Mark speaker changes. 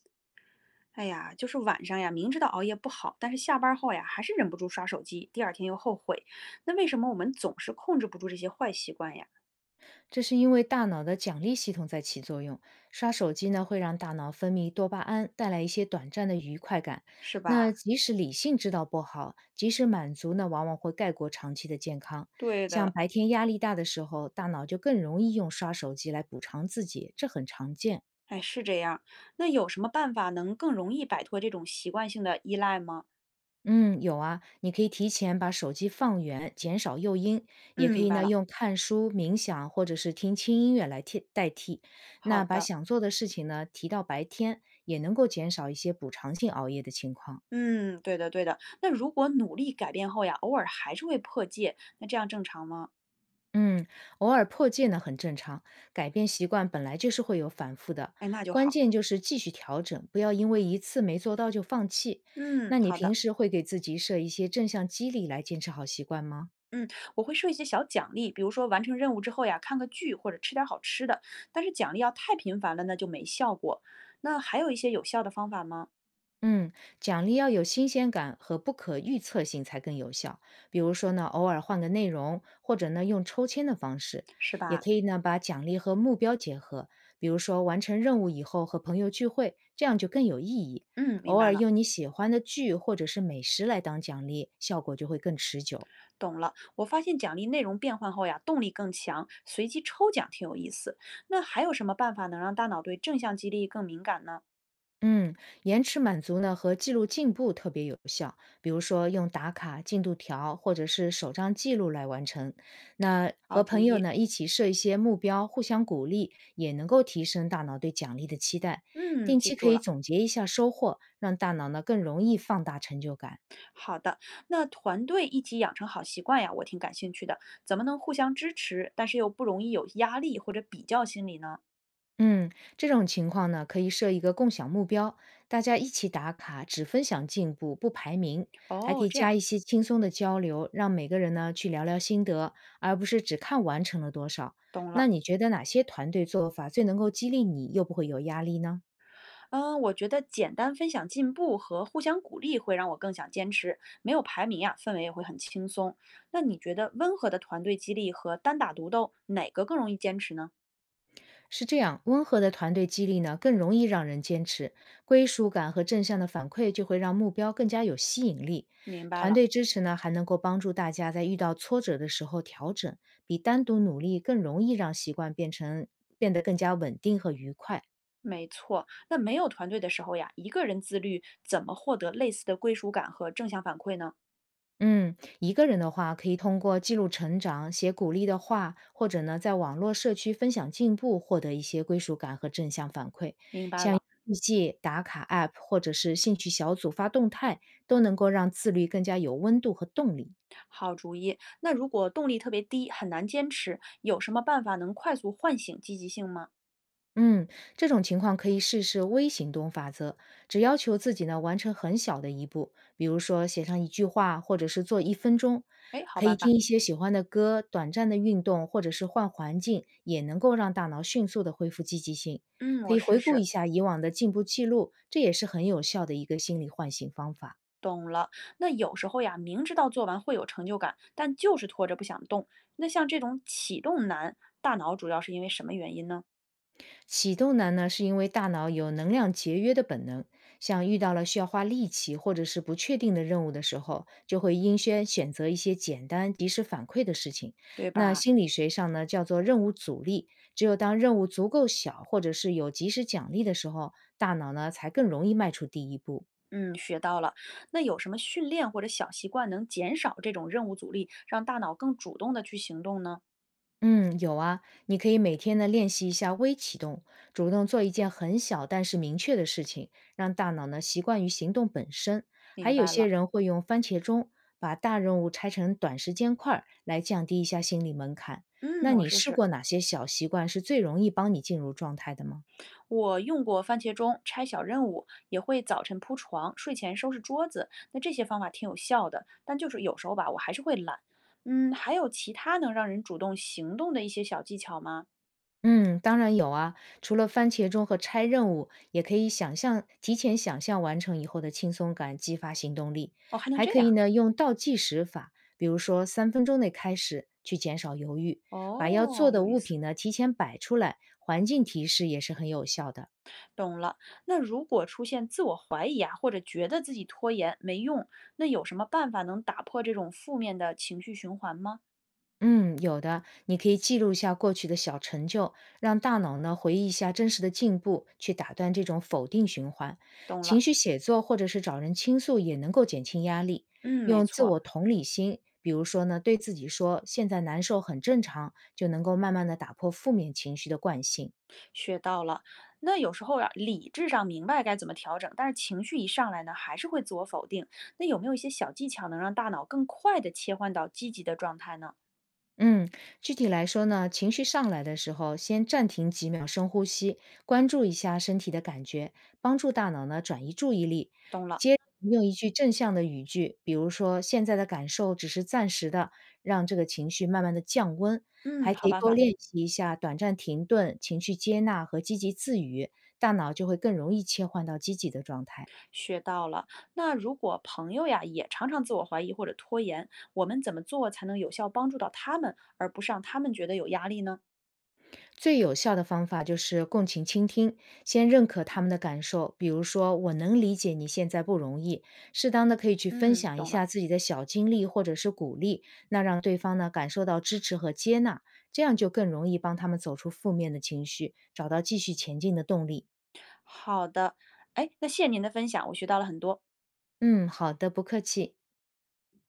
Speaker 1: 哎呀，就是晚上呀，明知道熬夜不好，但是下班后呀，还是忍不住刷手机，第二天又后悔。那为什么我们总是控制不住这些坏习惯呀？
Speaker 2: 这是因为大脑的奖励系统在起作用。刷手机呢，会让大脑分泌多巴胺，带来一些短暂的愉快感。
Speaker 1: 是
Speaker 2: 那
Speaker 1: 吧？
Speaker 2: 即使理性知道不好，即使满足呢，往往会盖过长期的健康。
Speaker 1: 对
Speaker 2: 像
Speaker 1: 的，
Speaker 2: 白天压力大的时候，大脑就更容易用刷手机来补偿自己，这很常见。
Speaker 1: 哎，是这样。那有什么办法能更容易摆脱这种习惯性的依赖吗？
Speaker 2: 嗯，有啊，你可以提前把手机放远，减少诱因，也
Speaker 1: 嗯，
Speaker 2: 可
Speaker 1: 明
Speaker 2: 以
Speaker 1: 白
Speaker 2: 呢
Speaker 1: 了。
Speaker 2: 用看书、冥想或者是听轻音乐来替代替。
Speaker 1: 好
Speaker 2: 那把
Speaker 1: 的。
Speaker 2: 想做的事情呢提到白天，也能够减少一些补偿性熬夜的情况。
Speaker 1: 嗯，对的，对的。那如果努力改变后呀，偶尔还是会破戒，那这样正常吗？
Speaker 2: 嗯，偶尔破戒呢很正常，改变习惯本来就是会有反复的，
Speaker 1: 哎，那就
Speaker 2: 关
Speaker 1: 好。
Speaker 2: 键就是继续调整，不要因为一次没做到就放弃。
Speaker 1: 嗯，
Speaker 2: 那你
Speaker 1: 好
Speaker 2: 平
Speaker 1: 的。
Speaker 2: 时会给自己设一些正向激励来坚持好习惯吗？
Speaker 1: 嗯，我会设一些小奖励，比如说完成任务之后呀，看个剧或者吃点儿好吃的。但是奖励要太频繁了，那就没效果。那还有一些有效的方法吗？
Speaker 2: 嗯，奖励要有新鲜感和不可预测性才更有效。比如说呢，偶尔换个内容，或者呢用抽签的方式，
Speaker 1: 是
Speaker 2: 也
Speaker 1: 吧？
Speaker 2: 可以呢把奖励和目标结合。比如说完成任务以后和朋友聚会，这样就更有意义。
Speaker 1: 嗯，明
Speaker 2: 偶
Speaker 1: 白
Speaker 2: 尔
Speaker 1: 了，
Speaker 2: 用你喜欢的剧或者是美食来当奖励，效果就会更持久。
Speaker 1: 懂了。我发现奖励内容变换后呀，动力更强，随机抽奖挺有意思。那还有什么办法能让大脑对正向激励更敏感呢？
Speaker 2: 嗯，延迟满足呢和记录进步特别有效，比如说用打卡、进度条或者是手账记录来完成。那
Speaker 1: 好
Speaker 2: 和
Speaker 1: 注
Speaker 2: 朋友
Speaker 1: 意。
Speaker 2: 呢一起设一些目标，互相鼓励，也能够提升大脑对奖励的期待。
Speaker 1: 嗯，
Speaker 2: 定
Speaker 1: 记
Speaker 2: 期可
Speaker 1: 住
Speaker 2: 以
Speaker 1: 了。
Speaker 2: 总结一下收获，让大脑呢更容易放大成就感。
Speaker 1: 好的，那团队一起养成好习惯呀，我挺感兴趣的。怎么能互相支持，但是又不容易有压力或者比较心理呢？
Speaker 2: 嗯，这种情况呢，可以设一个共享目标，大家一起打卡，只分享进步，不排名，还可
Speaker 1: 哦，
Speaker 2: 以
Speaker 1: 这
Speaker 2: 加
Speaker 1: 样，
Speaker 2: 一些轻松的交流，让每个人呢去聊聊心得，而不是只看完成了多少。
Speaker 1: 懂了。
Speaker 2: 那你觉得哪些团队做法最能够激励你，又不会有压力呢？
Speaker 1: 嗯，我觉得简单分享进步和互相鼓励会让我更想坚持，没有排名呀，氛围也会很轻松。那你觉得温和的团队激励和单打独斗哪个更容易坚持呢？
Speaker 2: 是这样，温和的团队激励呢，更容易让人坚持，归属感和正向的反馈就会让目标更加有吸引力。
Speaker 1: 明白
Speaker 2: 团
Speaker 1: 了，
Speaker 2: 队支持呢，还能够帮助大家在遇到挫折的时候调整，比单独努力更容易让习惯变成变得更加稳定和愉快。
Speaker 1: 没错。那没有团队的时候呀，一个人自律怎么获得类似的归属感和正向反馈呢？
Speaker 2: 嗯，一个人的话，可以通过记录成长、写鼓励的话，或者呢，在网络社区分享进步，获得一些归属感和正向反馈。
Speaker 1: 明白
Speaker 2: 像
Speaker 1: 了，
Speaker 2: 日记、打卡 App 或者是兴趣小组发动态，都能够让自律更加有温度和动力。
Speaker 1: 好主意。那如果动力特别低，很难坚持，有什么办法能快速唤醒积极性吗？
Speaker 2: 嗯，这种情况可以试试微行动法则，只要求自己呢完成很小的一步，比如说写上一句话，或者是做一分钟。
Speaker 1: 哎，好
Speaker 2: 可以
Speaker 1: 办法，
Speaker 2: 听一些喜欢的歌，短暂的运动，或者是换环境，也能够让大脑迅速的恢复积极性。
Speaker 1: 嗯，
Speaker 2: 可
Speaker 1: 我
Speaker 2: 以
Speaker 1: 试
Speaker 2: 回顾一
Speaker 1: 试。
Speaker 2: 下以往的进步记录，这也是很有效的一个心理唤醒方法。
Speaker 1: 懂了，那有时候呀，明知道做完会有成就感，但就是拖着不想动。那像这种启动难，大脑主要是因为什么原因呢？
Speaker 2: 启动难呢，是因为大脑有能量节约的本能，像遇到了需要花力气或者是不确定的任务的时候，就会优先选择一些简单、及时反馈的事情。
Speaker 1: 对
Speaker 2: 那
Speaker 1: 吧？
Speaker 2: 心理学上呢，叫做任务阻力。只有当任务足够小，或者是有及时奖励的时候，大脑呢才更容易迈出第一步。
Speaker 1: 嗯，学到了。那有什么训练或者小习惯能减少这种任务阻力，让大脑更主动的去行动呢？
Speaker 2: 嗯，有啊，你可以每天呢练习一下微启动，主动做一件很小但是明确的事情，让大脑呢习惯于行动本身。还
Speaker 1: 明
Speaker 2: 有
Speaker 1: 白
Speaker 2: 些
Speaker 1: 了，
Speaker 2: 人会用番茄钟，把大任务拆成短时间块儿，来降低一下心理门槛。
Speaker 1: 嗯，
Speaker 2: 那
Speaker 1: 我
Speaker 2: 你
Speaker 1: 试
Speaker 2: 试
Speaker 1: 试。
Speaker 2: 过哪些小习惯是最容易帮你进入状态的吗？
Speaker 1: 我用过番茄钟拆小任务，也会早晨铺床，睡前收拾桌子。那这些方法挺有效的，但就是有时候吧，我还是会懒。嗯，还有其他能让人主动行动的一些小技巧吗？
Speaker 2: 嗯，当然有啊。除了番茄钟和拆任务，也可以想象提前想象完成以后的轻松感，激发行动力。
Speaker 1: 哦，还能
Speaker 2: 还
Speaker 1: 这
Speaker 2: 可以
Speaker 1: 样。
Speaker 2: 呢，用倒计时法，比如说三分钟内开始，去减少犹豫。把要做
Speaker 1: 哦，
Speaker 2: 的
Speaker 1: 有意
Speaker 2: 物
Speaker 1: 思，
Speaker 2: 品呢提前摆出来，环境提示也是很有效的。
Speaker 1: 懂了。那如果出现自我怀疑啊，或者觉得自己拖延没用，那有什么办法能打破这种负面的情绪循环吗？
Speaker 2: 嗯，有的，你可以记录一下过去的小成就，让大脑呢回忆一下真实的进步，去打断这种否定循环。
Speaker 1: 懂
Speaker 2: 情
Speaker 1: 了，
Speaker 2: 绪写作或者是找人倾诉也能够减轻压力。
Speaker 1: 嗯，没
Speaker 2: 用自
Speaker 1: 错。
Speaker 2: 我同理心，比如说呢，对自己说现在难受很正常，就能够慢慢的打破负面情绪的惯性。
Speaker 1: 学到了。那有时候呀，理智上明白该怎么调整，但是情绪一上来呢，还是会自我否定。那有没有一些小技巧能让大脑更快的切换到积极的状态呢？
Speaker 2: 嗯，具体来说呢，情绪上来的时候，先暂停几秒，深呼吸，关注一下身体的感觉，帮助大脑呢转移注意力，
Speaker 1: 懂了，
Speaker 2: 你有一句正向的语句，比如说“现在的感受只是暂时的”，让这个情绪慢慢的降温。
Speaker 1: 嗯，
Speaker 2: 还可
Speaker 1: 好
Speaker 2: 以
Speaker 1: 办
Speaker 2: 多
Speaker 1: 法，
Speaker 2: 练习一下短暂停顿、情绪接纳和积极自语，大脑就会更容易切换到积极的状态。
Speaker 1: 学到了。那如果朋友呀也常常自我怀疑或者拖延，我们怎么做才能有效帮助到他们，而不是让他们觉得有压力呢？
Speaker 2: 最有效的方法就是共情倾听，先认可他们的感受，比如说我能理解你现在不容易，适当的可以去分
Speaker 1: 嗯，
Speaker 2: 享一
Speaker 1: 懂了。
Speaker 2: 下自己的小经历或者是鼓励，那让对方呢感受到支持和接纳，这样就更容易帮他们走出负面的情绪，找到继续前进的动力。
Speaker 1: 好的，哎，那谢谢您的分享，我学到了很多。
Speaker 2: 嗯，好的，不客气。